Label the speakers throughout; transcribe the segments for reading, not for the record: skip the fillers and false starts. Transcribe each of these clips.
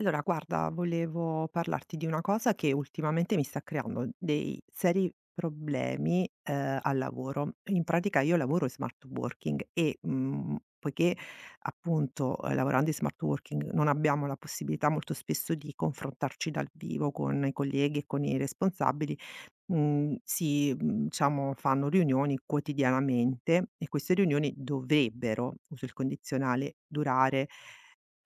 Speaker 1: Allora, guarda, volevo parlarti di una cosa che ultimamente mi sta creando dei seri problemi, al lavoro. In pratica io lavoro in smart working e, poiché appunto, lavorando in smart working non abbiamo la possibilità molto spesso di confrontarci dal vivo con i colleghi e con i responsabili, mhmm, si, mhmm, diciamo fanno riunioni quotidianamente e queste riunioni dovrebbero, uso il condizionale, durare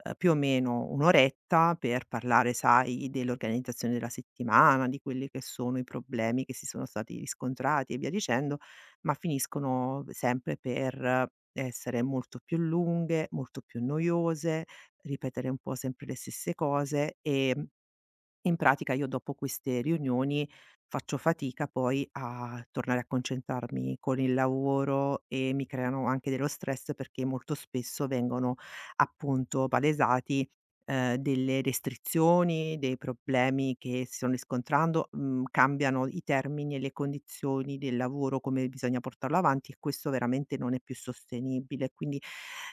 Speaker 1: più o meno 1 oretta per parlare, sai, dell'organizzazione della settimana, di quelli che sono i problemi che si sono stati riscontrati e via dicendo, ma finiscono sempre per essere molto più lunghe, molto più noiose, ripetere un po' sempre le stesse cose, in pratica io dopo queste riunioni faccio fatica poi a tornare a concentrarmi con il lavoro e mi creano anche dello stress perché molto spesso vengono appunto palesati delle restrizioni, dei problemi che si stanno riscontrando, cambiano i termini e le condizioni del lavoro, come bisogna portarlo avanti e questo veramente non è più sostenibile. Quindi,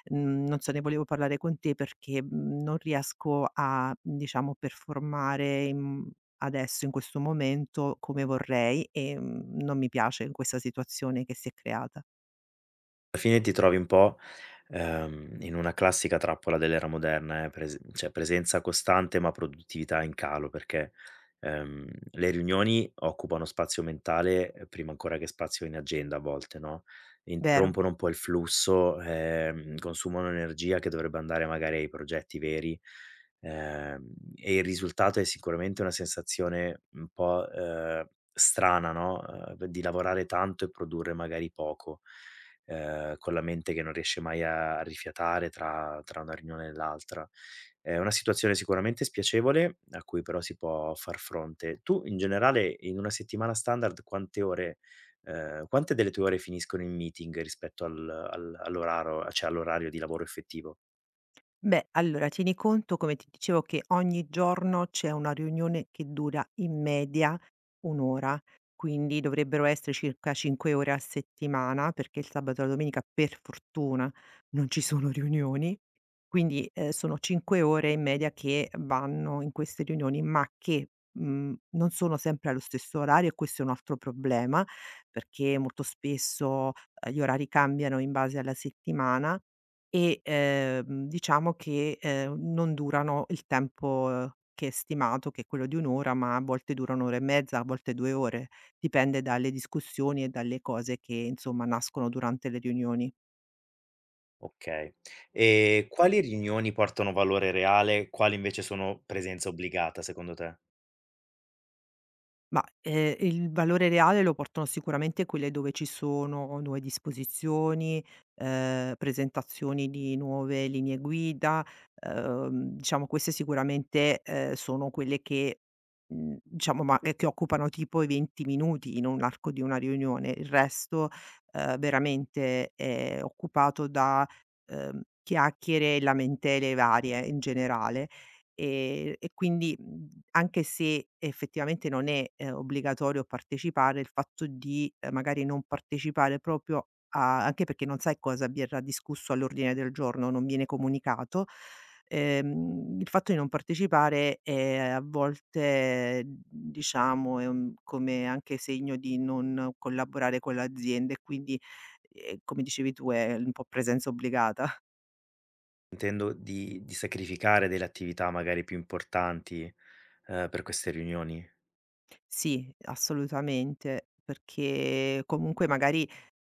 Speaker 1: non so, ne volevo parlare con te perché, non riesco a, diciamo, performare in adesso, in questo momento, come vorrei e, non mi piace in questa situazione che si è creata.
Speaker 2: Alla fine ti trovi un po', in una classica trappola dell'era moderna, pres cioè presenza costante ma produttività in calo, perché le riunioni occupano spazio mentale, prima ancora che spazio in agenda a volte, no,
Speaker 1: Vero?
Speaker 2: interrompono un po' il flusso, consumano energia che dovrebbe andare magari ai progetti veri. ehm, e il risultato è sicuramente una sensazione un po' strana, no, di lavorare tanto e produrre magari poco, con la mente che non riesce mai a rifiatare tra una riunione e l'altra. È una situazione sicuramente spiacevole, a cui però si può far fronte. Tu in generale in una settimana standard quante ore, quante delle tue ore finiscono in meeting rispetto al al all'oraro cioè all'orario di lavoro effettivo?
Speaker 1: Beh, allora tieni conto, come ti dicevo, che ogni giorno c'è una riunione che dura in media un'ora, quindi dovrebbero essere circa 5 ore a settimana, perché il sabato e la domenica per fortuna non ci sono riunioni. Quindi sono 5 ore in media che vanno in queste riunioni, ma che non sono sempre allo stesso orario e questo è un altro problema, perché molto spesso gli orari cambiano in base alla settimana e, diciamo che, non durano il tempo che è stimato, che è quello di 1 ora, ma a volte dura 1 ora e mezza, a volte 2 ore, dipende dalle discussioni e dalle cose che, insomma, nascono durante le riunioni.
Speaker 2: Okay. E quali riunioni portano valore reale, quali invece sono presenza obbligata secondo te?
Speaker 1: Ma, il valore reale lo portano sicuramente quelle dove ci sono nuove disposizioni, presentazioni di nuove linee guida, diciamo queste sicuramente, sono quelle che, diciamo ma che occupano tipo i 20 minuti in un arco di una riunione. Il resto, veramente è occupato da, chiacchiere e lamentele varie in generale. E quindi, anche se effettivamente non è, obbligatorio partecipare, il fatto di, magari non partecipare proprio a anche perché non sai cosa verrà discusso all'ordine del giorno, non viene comunicato, il fatto di non partecipare è a volte, diciamo, è un come anche segno di non collaborare con l'azienda e quindi, come dicevi tu, è un po' presenza obbligata.
Speaker 2: Intendo di sacrificare delle attività magari più importanti per queste riunioni.
Speaker 1: Sì, assolutamente, perché comunque magari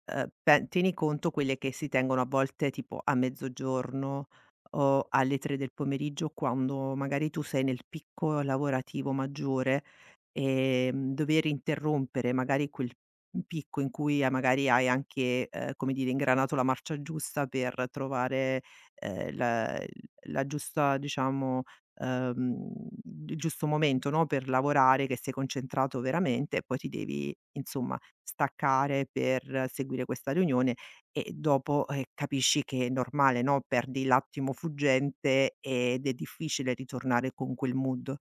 Speaker 1: Pe tieni conto quelle che si tengono a volte tipo a mezzogiorno o alle 3 del pomeriggio, quando magari tu sei nel picco lavorativo maggiore, dover interrompere magari quel picco in cui, magari hai anche, come dire, ingranato la marcia giusta per trovare, ehm, la la giusta diciamo, ehm, il giusto momento, no, per lavorare, che sei concentrato veramente e poi ti devi insomma staccare per seguire questa riunione e dopo, capisci che è normale, no, perdi l'attimo fuggente ed è difficile ritornare con quel mood.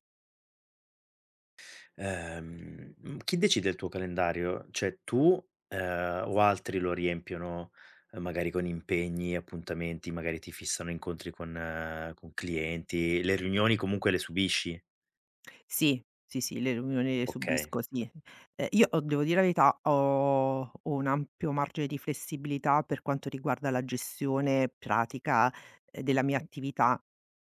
Speaker 2: Mhmm, Chi decide il tuo calendario? Cioè tu, o altri lo riempiono, magari con impegni, appuntamenti, magari ti fissano incontri con clienti, le riunioni comunque le subisci?
Speaker 1: Sì, sì, sì, le riunioni le
Speaker 2: Okay.
Speaker 1: subisco, sì. Io o devo dire la verità, ho un ampio margine di flessibilità per quanto riguarda la gestione pratica, della mia attività.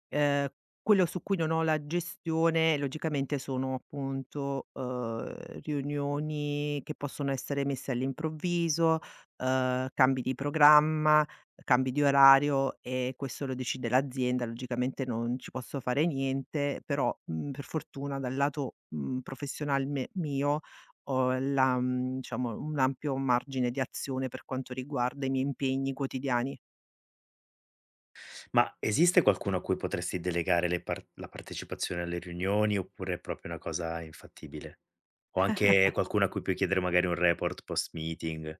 Speaker 1: Ehm, quello su cui non ho la gestione logicamente sono appunto, riunioni che possono essere messe all'improvviso, cambi di programma, cambi di orario e questo lo decide l'azienda, logicamente non ci posso fare niente, però, per fortuna dal lato, professional me mio ho la diciamo un ampio margine di azione per quanto riguarda i miei impegni quotidiani.
Speaker 2: Ma esiste qualcuno a cui potresti delegare le par la partecipazione alle riunioni oppure è proprio una cosa infattibile? O anche qualcuno a cui puoi chiedere magari un report post meeting?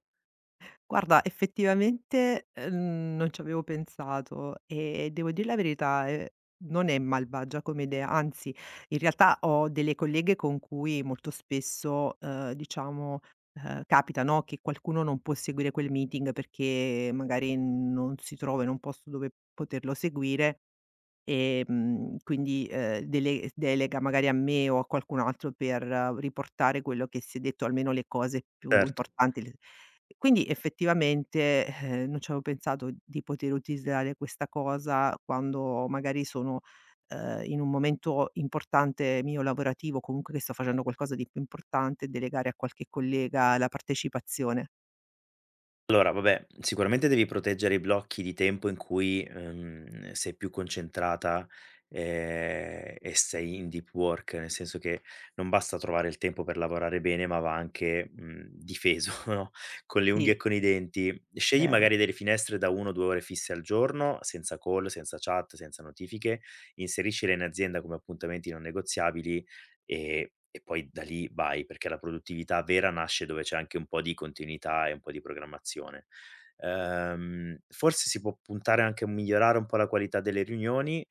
Speaker 1: Guarda, effettivamente, non ci avevo pensato e devo dir la verità, non è malvagia come idea, anzi in realtà ho delle colleghe con cui molto spesso, diciamo, capita, no, che qualcuno non può seguire quel meeting perché magari non si trova in un posto dove poterlo seguire. Quindi, delega magari a me o a qualcun altro per riportare quello che si è detto, almeno le cose più
Speaker 2: Certo.
Speaker 1: importanti, le quindi effettivamente, non ci avevo pensato di poter utilizzare questa cosa quando magari sono, in un momento importante mio lavorativo, comunque che sto facendo qualcosa di più importante, delegare a qualche collega la partecipazione.
Speaker 2: Allora, vabbè, sicuramente devi proteggere i blocchi di tempo in cui sei più concentrata, e sei in deep work, nel senso che non basta trovare il tempo per lavorare bene, ma va anche, mhmm, difeso, no, con le
Speaker 1: Sì,
Speaker 2: unghie e con i denti. Scegli
Speaker 1: vero.
Speaker 2: magari delle finestre da 1 o 2 ore fisse al giorno, senza call, senza chat, senza notifiche, inseriscile in azienda come appuntamenti non negoziabili e poi da lì vai, perché la produttività vera nasce dove c'è anche un po' di continuità e un po' di programmazione. Forse si può puntare anche a migliorare un po' la qualità delle riunioni,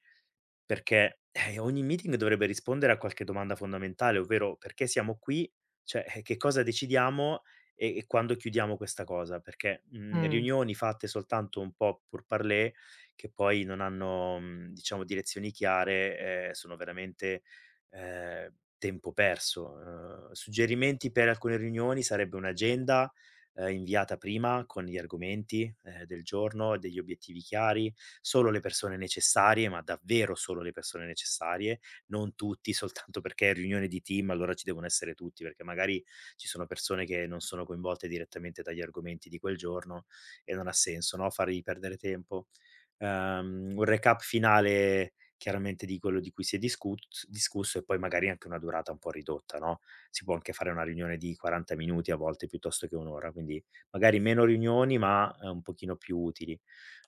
Speaker 2: perché ogni meeting dovrebbe rispondere a qualche domanda fondamentale, ovvero: "Perché siamo qui?" Cioè, che cosa decidiamo e quando chiudiamo questa cosa? Perché, mhmm,
Speaker 1: Mh.
Speaker 2: riunioni fatte soltanto un po' pour parler, che poi non hanno, mhmm, diciamo, direzioni chiare, sono veramente tempo perso. Suggerimenti per alcune riunioni sarebbe un'agenda inviata prima con gli argomenti del giorno, degli obiettivi chiari, solo le persone necessarie, ma davvero solo le persone necessarie, non tutti soltanto perché è riunione di team, allora ci devono essere tutti, perché magari ci sono persone che non sono coinvolte direttamente dagli argomenti di quel giorno e non ha senso, no, fargli perdere tempo. Un recap finale chiaramente di quello di cui si è discut discusso e poi magari anche una durata un po' ridotta, no, si può anche fare una riunione di 40 minuti a volte piuttosto che 1 ora, quindi magari meno riunioni, ma un pochino più utili.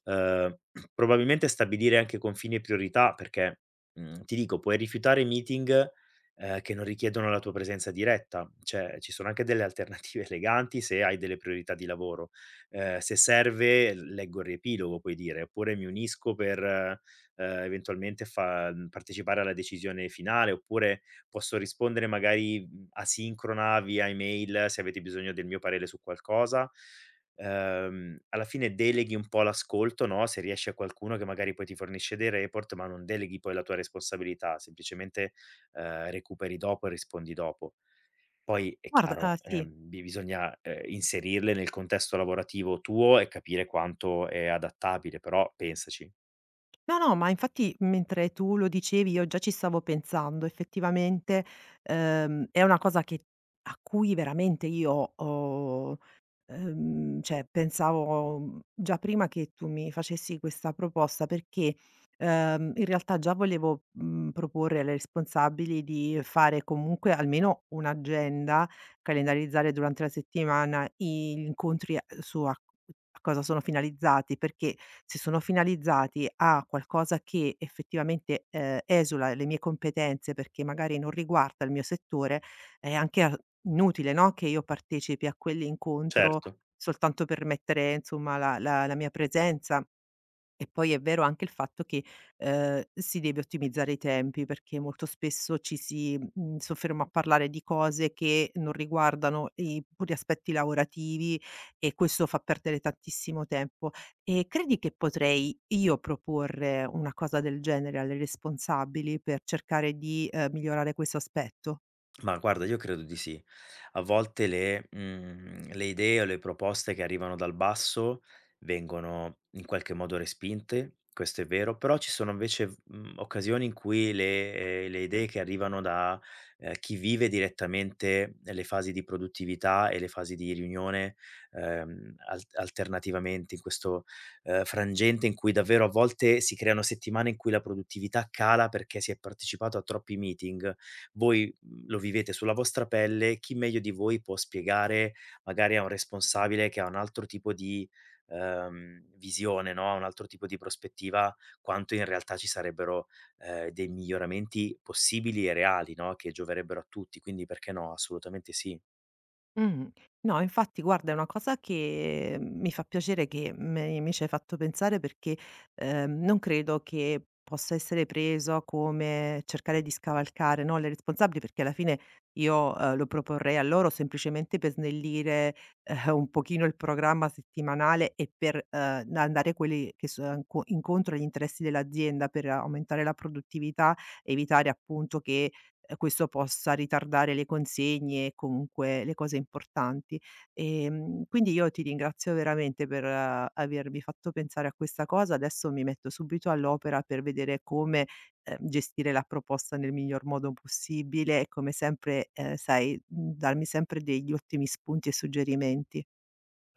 Speaker 2: Ehm, Probabilmente stabilire anche confini e priorità perché, mhmm, ti dico, puoi rifiutare meeting, che non richiedono la tua presenza diretta, cioè ci sono anche delle alternative eleganti se hai delle priorità di lavoro. Se serve leggo il riepilogo, puoi dire, oppure mi unisco per eventualmente fa mhmm, partecipare alla decisione finale, oppure posso rispondere magari, mhmm, asincrona via email se avete bisogno del mio parere su qualcosa. Alla fine deleghi un po' l'ascolto, no, se riesci, a qualcuno che magari poi ti fornisce dei report, ma non deleghi poi la tua responsabilità, semplicemente recuperi dopo e rispondi dopo. Poi è
Speaker 1: Guarda ah
Speaker 2: chiaro,
Speaker 1: sì.
Speaker 2: bi bisogna inserirle nel contesto lavorativo tuo e capire quanto è adattabile, però pensaci.
Speaker 1: No, no, ma infatti mentre tu lo dicevi io già ci stavo pensando. Effettivamente, è una cosa che a cui veramente io ho cioè pensavo, già prima che tu mi facessi questa proposta perché, in realtà già volevo, proporre alle responsabili di fare comunque almeno un'agenda, calendarizzare durante la settimana gli incontri, su a a cosa sono finalizzati, perché se sono finalizzati a qualcosa che effettivamente, esula le mie competenze perché magari non riguarda il mio settore è anche a inutile, no, che io partecipi a quell'incontro
Speaker 2: Certo.
Speaker 1: soltanto per mettere, insomma, la mia presenza. E poi è vero anche il fatto che, si deve ottimizzare i tempi, perché molto spesso ci si, sofferma a parlare di cose che non riguardano i puri aspetti lavorativi e questo fa perdere tantissimo tempo. E credi che potrei io proporre una cosa del genere alle responsabili per cercare di, migliorare questo aspetto?
Speaker 2: Ma guarda, io credo di sì. A volte le, mhmm, le idee o le proposte che arrivano dal basso vengono in qualche modo respinte, questo è vero, però ci sono invece, v mhmm, occasioni in cui le, le idee che arrivano da chi vive direttamente le fasi di produttività e le fasi di riunione, al alternativamente in questo frangente in cui davvero a volte si creano settimane in cui la produttività cala perché si è partecipato a troppi meeting. Voi, mhmm, lo vivete sulla vostra pelle, chi meglio di voi può spiegare magari a un responsabile che ha un altro tipo di visione, no, un altro tipo di prospettiva, quanto in realtà ci sarebbero dei miglioramenti possibili e reali, no, che gioverebbero a tutti, quindi perché no, assolutamente sì.
Speaker 1: Mh. No, infatti guarda è una cosa che mi fa piacere che me mi ci hai fatto pensare perché, non credo che possa essere preso come cercare di scavalcare, no, le responsabili, perché alla fine io, lo proporrei a loro semplicemente per snellire, un pochino il programma settimanale e per, andare a quelli che so incontro agli interessi dell'azienda, per aumentare la produttività, evitare appunto che questo possa ritardare le consegne e comunque le cose importanti. Quindi io ti ringrazio veramente per avermi fatto pensare a questa cosa. Adesso mi metto subito all'opera per vedere come, gestire la proposta nel miglior modo possibile e come sempre, sai, darmi sempre degli ottimi spunti e suggerimenti,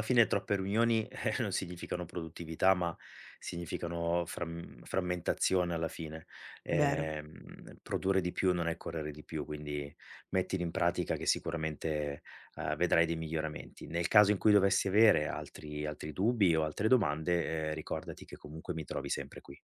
Speaker 2: Alla fine troppe riunioni, non significano produttività, ma significano frammentazione alla fine.
Speaker 1: vero?
Speaker 2: Produrre di più non è correre di più, quindi mettili in pratica, che sicuramente, vedrai dei miglioramenti. Nel caso in cui dovessi avere altri dubbi o altre domande, ricordati che comunque mi trovi sempre qui.